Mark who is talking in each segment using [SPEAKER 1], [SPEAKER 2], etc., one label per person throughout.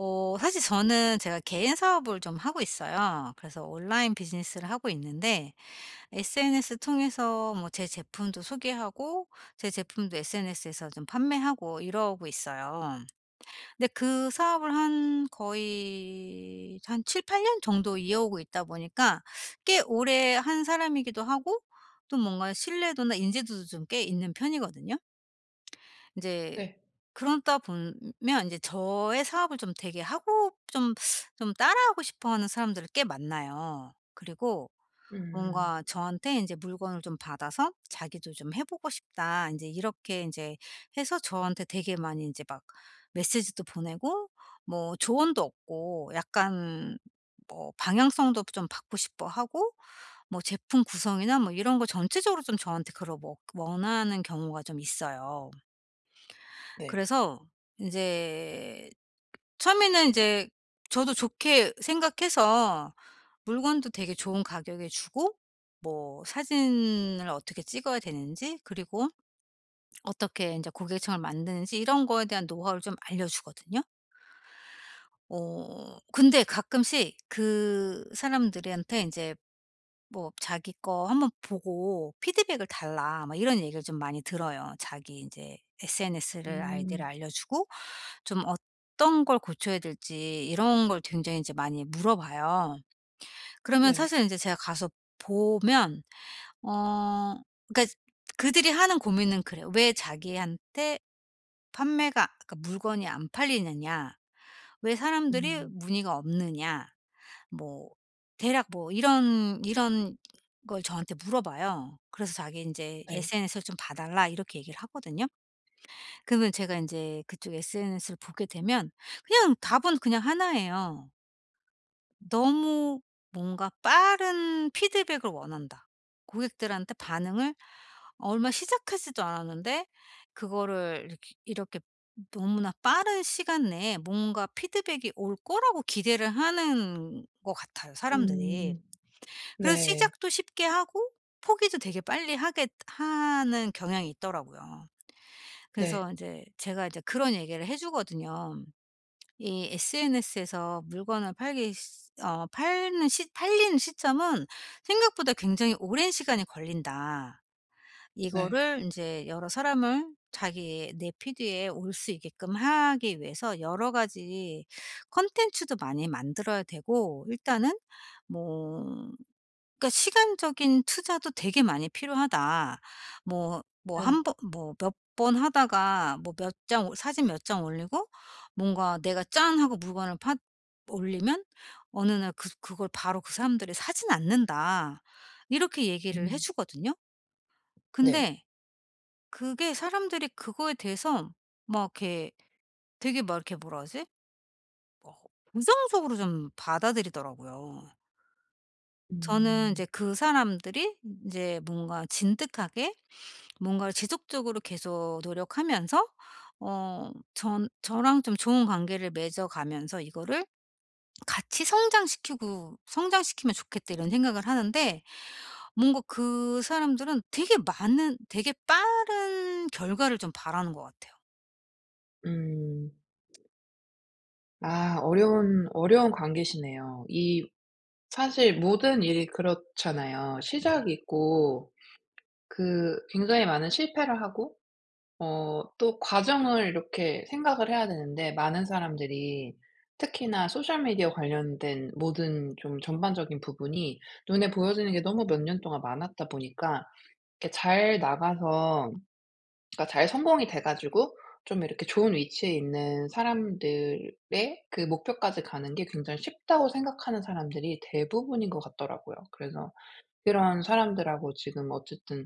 [SPEAKER 1] 사실 저는 제가 개인 사업을 좀 하고 있어요. 그래서 온라인 비즈니스를 하고 있는데 SNS 통해서 뭐 제 제품도 소개하고 제 제품도 SNS에서 좀 판매하고 이러고 있어요. 근데 그 사업을 한 거의 한 7-8년 정도 이어오고 있다 보니까 꽤 오래 한 사람이기도 하고, 또 뭔가 신뢰도나 인지도도 좀 꽤 있는 편이거든요. 이제
[SPEAKER 2] 네.
[SPEAKER 1] 그러다 보면 이제 저의 사업을 좀 되게 하고 좀 따라하고 싶어하는 사람들을 꽤 만나요. 그리고
[SPEAKER 2] 음.
[SPEAKER 1] 뭔가 저한테 이제 물건을 좀 받아서 "자기도 좀 해 보고 싶다." 이제 이렇게 이제 해서 저한테 되게 많이 이제 막 메시지도 보내고 뭐 조언도 얻고, 약간 뭐 방향성도 좀 받고 싶어하고, 뭐 제품 구성이나 뭐 이런 거 전체적으로 좀 저한테 그걸 뭐 원하는 경우가 좀 있어요.
[SPEAKER 2] 네.
[SPEAKER 1] 그래서 이제 처음에는 이제 저도 좋게 생각해서 물건도 되게 좋은 가격에 주고, 뭐 사진을 어떻게 찍어야 되는지, 그리고 어떻게 인제 고객층을 만드는지 이런 거에 대한 노하우를 좀 알려 주거든요. 근데 가끔씩 그 사람들한테 인제 뭐 "자기 거 한번 보고 피드백을 달라." 막 이런 얘기를 좀 많이 들어요. 자기 인제 SNS를 아이디를
[SPEAKER 2] 음.
[SPEAKER 1] 알려 주고 좀 어떤 걸 고쳐야 될지 이런 걸 굉장히 이제 많이 물어봐요. 그러면
[SPEAKER 2] 네.
[SPEAKER 1] 사실 인제 제가 가서 보면 어 그러니까 그들이 하는 고민은 그래요. 왜 자기한테 판매가, 그러니까 물건이 안 팔리느냐. 왜 사람들이
[SPEAKER 2] 음.
[SPEAKER 1] 문의가 없느냐. 뭐 대략 뭐 이런 이런 걸 저한테 물어봐요. 그래서 자기 인제
[SPEAKER 2] 네.
[SPEAKER 1] "SNS를 좀 봐 달라." 이렇게 얘기를 하거든요. 그러면 제가 인제 그쪽 SNS를 보게 되면 그냥 답은 그냥 하나예요. "너무 뭔가 빠른 피드백을 원한다. 고객들한테 반응을 얼마 시작하지도 않았는데 그거를 이렇게 이렇게 너무나 빠른 시간 내에 뭔가 피드백이 올 거라고 기대를 하는 것 같아요, 사람들이."
[SPEAKER 2] 음.
[SPEAKER 1] 그래서
[SPEAKER 2] 네.
[SPEAKER 1] 시작도 쉽게 하고 포기도 되게 빨리 하게 하는 경향이 있더라고요.
[SPEAKER 2] 네.
[SPEAKER 1] 그래서 이제 제가 이제 그런 얘기를 해 주거든요. 이 SNS에서 물건을 팔기 시 어 팔는 시 팔린 시점은 생각보다 굉장히 오랜 시간이 걸린다.
[SPEAKER 2] 네.
[SPEAKER 1] 이거를 이제 여러 사람을 자기 내 피드에 올 수 있게끔 하기 위해서 여러 가지 컨텐츠도 많이 만들어야 되고, 일단은 뭐 그러니까 "시간적인 투자도 되게 많이 필요하다. 뭐 뭐
[SPEAKER 2] 네.
[SPEAKER 1] 한 번, 뭐 몇 번 하다가 뭐 몇 장 올 사진 몇 장 올리고 뭔가 내가 '짠.' 하고 물건을 올리면 어느 날 그걸 바로 그 사람들이 사진 않는다." 이렇게 얘기를 해
[SPEAKER 2] 음.
[SPEAKER 1] 주거든요.
[SPEAKER 2] 네.
[SPEAKER 1] 근데 그게 사람들이 그거에 대해서 막 이렇게, 되게 막 이렇게 뭐라 하지, 어 부정적으로 좀 받아들이더라고요. 저는
[SPEAKER 2] 음.
[SPEAKER 1] 이제 그 사람들이 이제 뭔가 진득하게 뭔가를 지속적으로 계속 노력하면서, 전 저랑 좀 좋은 관계를 맺어 가면서 이거를 '같이 성장시키고, 성장시키면 좋겠다.' 이런 생각을 하는데 뭔가 그 사람들은 되게 빠른 결과를 좀 바라는 것 같아요.
[SPEAKER 2] 음. 아, 어려운 관계시네요. 이 사실 모든 일이 그렇잖아요.
[SPEAKER 1] 네.
[SPEAKER 2] 시작이 있고 그 굉장히 많은 실패를 하고, 또 과정을 이렇게 생각을 해야 되는데, 많은 사람들이 특히나 소셜 미디어 관련된 모든 좀 전반적인 부분이 눈에 보여지는 게 너무 몇 년 동안 많았다 보니까 이렇게 잘 나가서, 그러니까 잘 성공이 돼 가지고 좀 이렇게 좋은 위치에 있는 사람들의 그 목표까지 가는 게 굉장히 쉽다고 생각하는 사람들이 대부분인 것 같더라고요. 그래서 그런 사람들하고 지금 어쨌든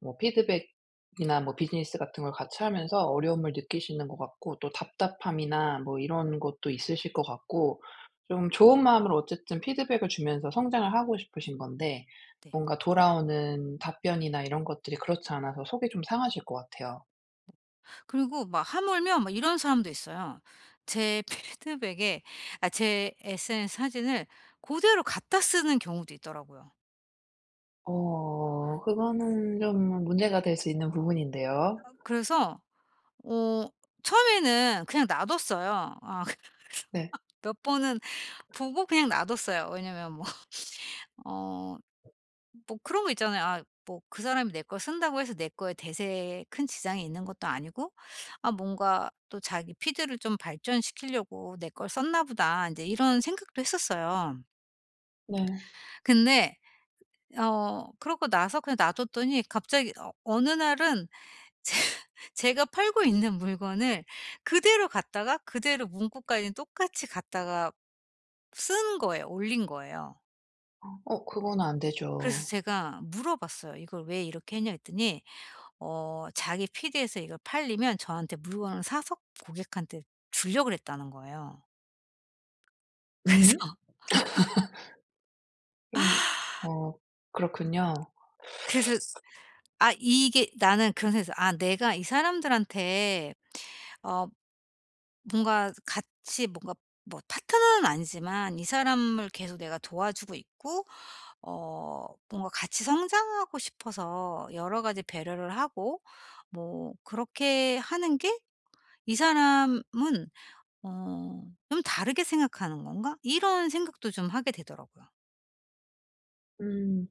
[SPEAKER 2] 뭐 피드백이나 뭐 비즈니스 같은 걸 같이 하면서 어려움을 느끼시는 것 같고, 또 답답함이나 뭐 이런 것도 있으실 것 같고, 좀 좋은 마음으로 어쨌든 피드백을 주면서 성장을 하고 싶으신 건데
[SPEAKER 1] 네.
[SPEAKER 2] 뭔가 돌아오는 답변이나 이런 것들이 그렇지 않아서 속이 좀 상하실 것 같아요.
[SPEAKER 1] 그리고 막 하물며 막 이런 사람도 있어요. 제 피드백에, 제 SNS 사진을 그대로 갖다 쓰는 경우도 있더라고요.
[SPEAKER 2] 그거는 좀 문제가 될 수 있는 부분인데요.
[SPEAKER 1] 그래서 어 처음에는 그냥 놔뒀어요.
[SPEAKER 2] 네.
[SPEAKER 1] 몇 번은 보고 그냥 놔뒀어요. 왜냐면 뭐 어 뭐 그런 거 있잖아요. 뭐 그 사람이 내 걸 쓴다고 해서 내 거에 대세에 큰 지장이 있는 것도 아니고, 뭔가 또 자기 피드를 좀 발전시키려고 '내 걸 썼나 보다.' 이제 이런 생각도 했었어요.
[SPEAKER 2] 네.
[SPEAKER 1] 근데 그러고 나서 그냥 놔뒀더니 갑자기 어느 날은 제 제가 팔고 있는 물건을 그대로 갖다가 그대로 문구까지 똑같이 갖다가 쓴 거예요. 올린 거예요.
[SPEAKER 2] 어, 그거는 안
[SPEAKER 1] 그래서
[SPEAKER 2] 되죠.
[SPEAKER 1] 제가 물어봤어요. "이걸 왜 이렇게 했냐?" 했더니 자기 PD에서 이걸 팔리면 저한테 물건을 사서 고객한테 주려고 그랬다는 거예요. 그래서
[SPEAKER 2] 음? 좀, 어, 그렇군요.
[SPEAKER 1] 그래서 이게 나는 그런 생각에서 '아 내가 이 사람들한테 어 뭔가 같이 뭔가, 뭐 파트너는 아니지만 이 사람을 계속 내가 도와주고 있고 뭔가 같이 성장하고 싶어서 여러 가지 배려를 하고 뭐 그렇게 하는 게, 이 사람은 좀 다르게 생각하는 건가?' 이런 생각도 좀 하게 되더라고요.
[SPEAKER 2] 음.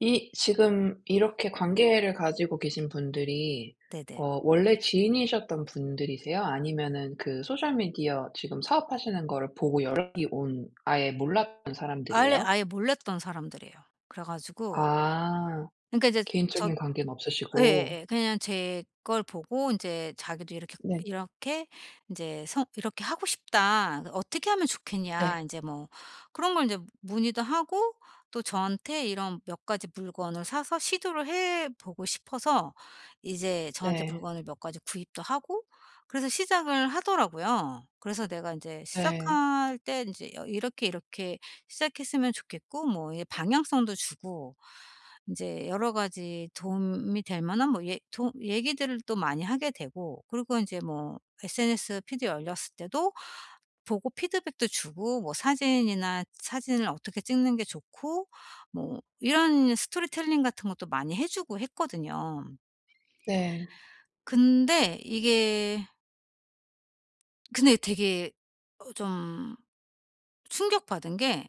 [SPEAKER 2] 이 지금 이렇게 관계를 가지고 계신 분들이
[SPEAKER 1] 네네.
[SPEAKER 2] 원래 지인이셨던 분들이세요? 아니면은 그 소셜 미디어 지금 사업하시는 거를 보고 연락이 온 아예 몰랐던
[SPEAKER 1] 아예
[SPEAKER 2] 사람들이에요?
[SPEAKER 1] 아예 몰랐던 사람들이에요. 그래 가지고,
[SPEAKER 2] 아.
[SPEAKER 1] 그러니까 이제 저,
[SPEAKER 2] 개인적인 관계는 없으시고.
[SPEAKER 1] 예예. 그냥 제 걸 보고 인제 자기도 이렇게,
[SPEAKER 2] 네.
[SPEAKER 1] 이렇게 인제 성 "이렇게 하고 싶다. 그 어떻게 하면 좋겠냐."
[SPEAKER 2] 네.
[SPEAKER 1] 인제 뭐 그런 걸 인제 문의도 하고, 또 저한테 이런 몇 가지 물건을 사서 시도를 해 보고 싶어서 이제 저한테
[SPEAKER 2] 네.
[SPEAKER 1] 물건을 몇 가지 구입도 하고, 그래서 시작을 하더라고요. 그래서 내가 인제
[SPEAKER 2] 네.
[SPEAKER 1] 시작할 때 인제 여 "이렇게, 이렇게 시작했으면 좋겠고" 뭐 이 방향성도 주고, 이제 여러 가지 도움이 될 만한 뭐 얘 도 얘기들을 또 많이 하게 되고, 그리고 이제뭐 SNS 피드 열렸을 때도 보고 피드백도 주고 뭐 사진이나 사진을 어떻게 찍는 게 좋고 뭐 이런 스토리텔링 같은 것도 많이 해 주고 했거든요.
[SPEAKER 2] 네.
[SPEAKER 1] 근데 이게 근데 되게 좀 충격받은 게,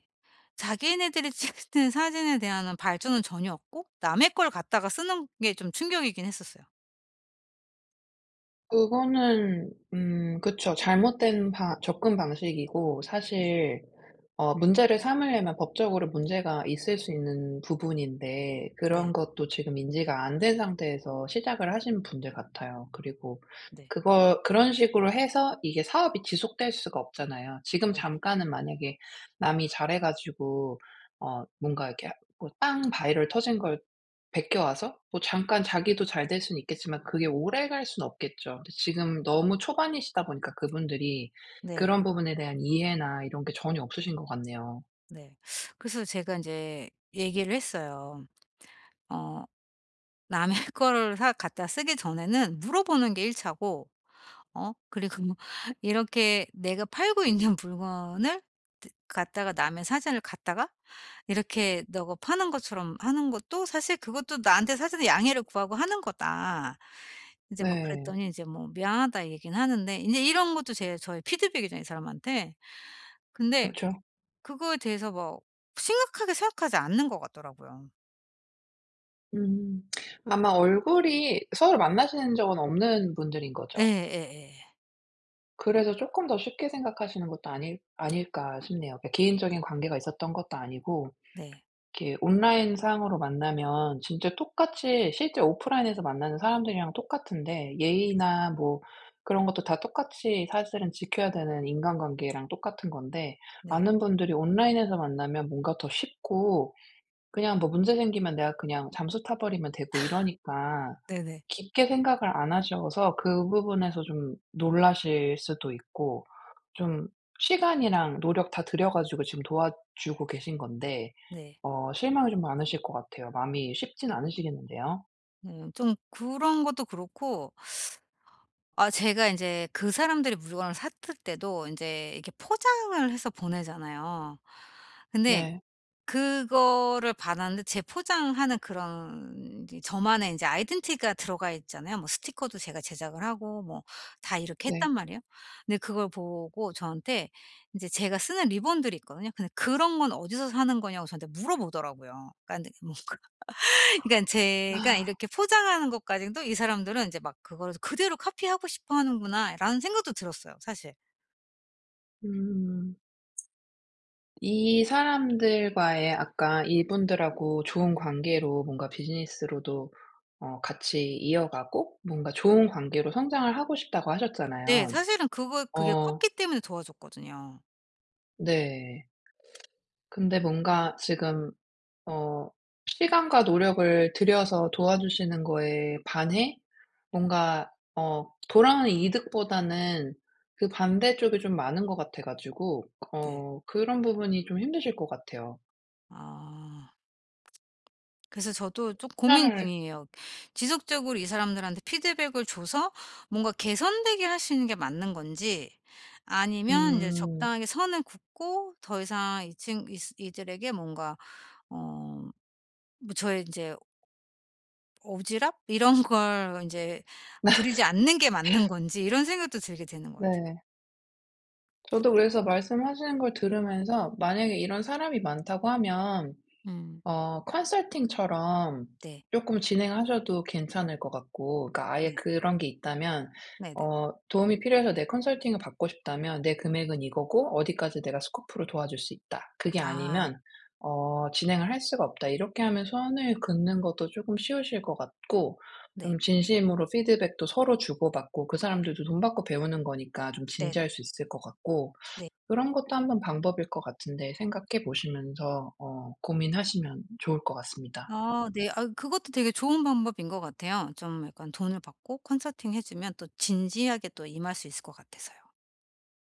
[SPEAKER 1] 자기네들이 찍는 사진에 대한 발전은 전혀 없고 남의 걸 갖다가 쓰는 게 좀 충격이긴 했었어요.
[SPEAKER 2] 그거는 그쵸. 잘못된 바 접근 방식이고,
[SPEAKER 1] 네.
[SPEAKER 2] 사실 어 문제를 삼으려면 법적으로 문제가 있을 수 있는 부분인데
[SPEAKER 1] 네.
[SPEAKER 2] 그런 것도 지금 인지가 안 된 상태에서 시작을 하신 분들 같아요. 그리고
[SPEAKER 1] 네.
[SPEAKER 2] 그거 그런 식으로 해서 이게 사업이 지속될 수가 없잖아요. 지금
[SPEAKER 1] 네.
[SPEAKER 2] 잠깐은 만약에 남이 잘해 가지고, 어 뭔가 이렇게 뭐 빵 바이럴 터진 걸 베껴 와서 뭐 잠깐 자기도 잘 될 수는 있겠지만 그게 오래 갈 수는 없겠죠. 근데 지금 너무 초반이시다 보니까 그분들이
[SPEAKER 1] 네.
[SPEAKER 2] 그런 부분에 대한 이해나 이런 게 전혀 없으신 것 같네요.
[SPEAKER 1] 네. 그래서 제가 인제 얘기를 했어요. 어 남의 거를 사 갖다 쓰기 전에는 물어보는 게 1 차고, 그리고 뭐 이렇게 내가 팔고 있는 물건을 드 갖다가 남의 사진을 갖다가 이렇게 너가 파는 것처럼 하는 것도 사실 그것도 나한테 사전에 양해를 구하고 하는 거다. 인제 막
[SPEAKER 2] 네.
[SPEAKER 1] 그랬더니 인제 뭐 "미안하다." 얘기는 하는데 인제 이런 것도 제 저의 피드백이죠, 이 사람한테. 근데
[SPEAKER 2] 그쵸.
[SPEAKER 1] 그거에 대해서 뭐 심각하게 생각하지 않는 것 같더라고요.
[SPEAKER 2] 음. 아마 얼굴이 서로 만나신 적은 없는 분들인 거죠.
[SPEAKER 1] 예예예.
[SPEAKER 2] 그래서 쪼끔 더 쉽게 생각하시는 것도 아닐까 싶네요. 그러니까 개인적인 관계가 있었던 것도 아니고
[SPEAKER 1] 네.
[SPEAKER 2] 이렇게 온라인상으로 만나면 진짜 똑같이 실제 오프라인에서 만나는 사람들이랑 똑같은데,
[SPEAKER 1] 네.
[SPEAKER 2] 예의나 뭐 그런 것도 다 똑같이 사실은 지켜야 되는 인간관계랑 똑같은 건데
[SPEAKER 1] 네.
[SPEAKER 2] 많은 분들이 온라인에서 만나면 뭔가 더 쉽고 그냥 뭐 문제 생기면 내가 그냥 잠수 타 버리면 되고 이러니까
[SPEAKER 1] 네네.
[SPEAKER 2] 깊게 생각을 안 하셔서 그 부분에서 좀 놀라실 수도 있고 좀 시간이랑 노력 다 들여 가지고 지금 도와주고 계신 건데
[SPEAKER 1] 네.
[SPEAKER 2] 어 실망이 좀 많으실 것 같아요. 마음이 쉽진 않으시겠는데요.
[SPEAKER 1] 좀 그런 것도 그렇고, 제가 인제 그 사람들이 물건을 샀을 때도 인제 이렇게 포장을 해서 보내잖아요. 근데
[SPEAKER 2] 네.
[SPEAKER 1] 그거를 받았는데 제 포장하는 그런 이제 저만의 인제 아이덴티티가 들어가 있잖아요. 뭐 스티커도 제가 제작을 하고 뭐 다 이렇게
[SPEAKER 2] 네.
[SPEAKER 1] 했단 말이에요. 근데 그걸 보고 저한테 인제 제가 쓰는 리본들이 있거든요. 근데 "그런 건 어디서 사는 거냐."고 저한테 물어보더라고요. 그러니까 뭐 그 그러니까 제가 이렇게 포장하는 것까지도 이 사람들은 이제 막 '그거를 그대로 카피하고 싶어 하는구나.'라는 생각도 들었어요, 사실.
[SPEAKER 2] 음. 이 사람들과의, 아까 이분들하고 좋은 관계로 뭔가 비즈니스로도 어 같이 이어가고 뭔가 좋은 관계로 성장을 하고 싶다고
[SPEAKER 1] 네.
[SPEAKER 2] 하셨잖아요.
[SPEAKER 1] 사실은 그거 그게
[SPEAKER 2] 어
[SPEAKER 1] 컸기 때문에 도와줬거든요.
[SPEAKER 2] 네. 근데 뭔가 지금 어 시간과 노력을 들여서 도와주시는 거에 반해 뭔가 어 돌아오는 이득보다는 그 반대쪽이 좀 많은 것 같아 가지고
[SPEAKER 1] 네.
[SPEAKER 2] 어 그런 부분이 좀 힘드실 것 같아요.
[SPEAKER 1] 아. 그래서 저도 좀 고민
[SPEAKER 2] 투자를
[SPEAKER 1] 중이에요. 지속적으로 이 사람들한테 피드백을 줘서 뭔가 개선되게 할 수 있는 게 맞는 건지, 아니면 이제
[SPEAKER 2] 음.
[SPEAKER 1] 적당하게 선을 긋고 더 이상 이 친 이 이들에게 뭔가 어 뭐 저의 인제 오지랖 이런 걸 이제 부리지 않는 게 맞는 건지 이런 생각도 들게 되는 것 같아요.
[SPEAKER 2] 네. 저도 그래서 말씀하시는 걸 들으면서 만약에 이런 사람이 많다고 하면
[SPEAKER 1] 음.
[SPEAKER 2] 어 컨설팅처럼
[SPEAKER 1] 네.
[SPEAKER 2] 조금 진행하셔도 괜찮을 것 같고, 그러니까 아예
[SPEAKER 1] 네.
[SPEAKER 2] 그런 게 있다면
[SPEAKER 1] 네네.
[SPEAKER 2] 어 도움이 필요해서 내 컨설팅을 받고 싶다면 "내 금액은 이거고 어디까지 내가 스코프로 도와줄 수 있다." 그게
[SPEAKER 1] 아.
[SPEAKER 2] 아니면 어 "진행을 할 수가 없다." 이렇게 하면 선을 긋는 것도 조금 쉬우실 것 같고,
[SPEAKER 1] 네.
[SPEAKER 2] 좀 진심으로 피드백도 서로 주고받고 그 사람들도 돈 받고 배우는 거니까 좀
[SPEAKER 1] 네네. 네.
[SPEAKER 2] 진지할 수 있을 것 같고,
[SPEAKER 1] 네.
[SPEAKER 2] 그런 것도 한번 방법일 것 같은데, 생각해 보시면서 어 고민하시면 좋을 것 같습니다.
[SPEAKER 1] 아 네. 아 그것도 되게 좋은 방법인 것 같아요. 좀 약간 돈을 받고 컨설팅 해 주면 또 진지하게 또 임할 수 있을 것 같아서요.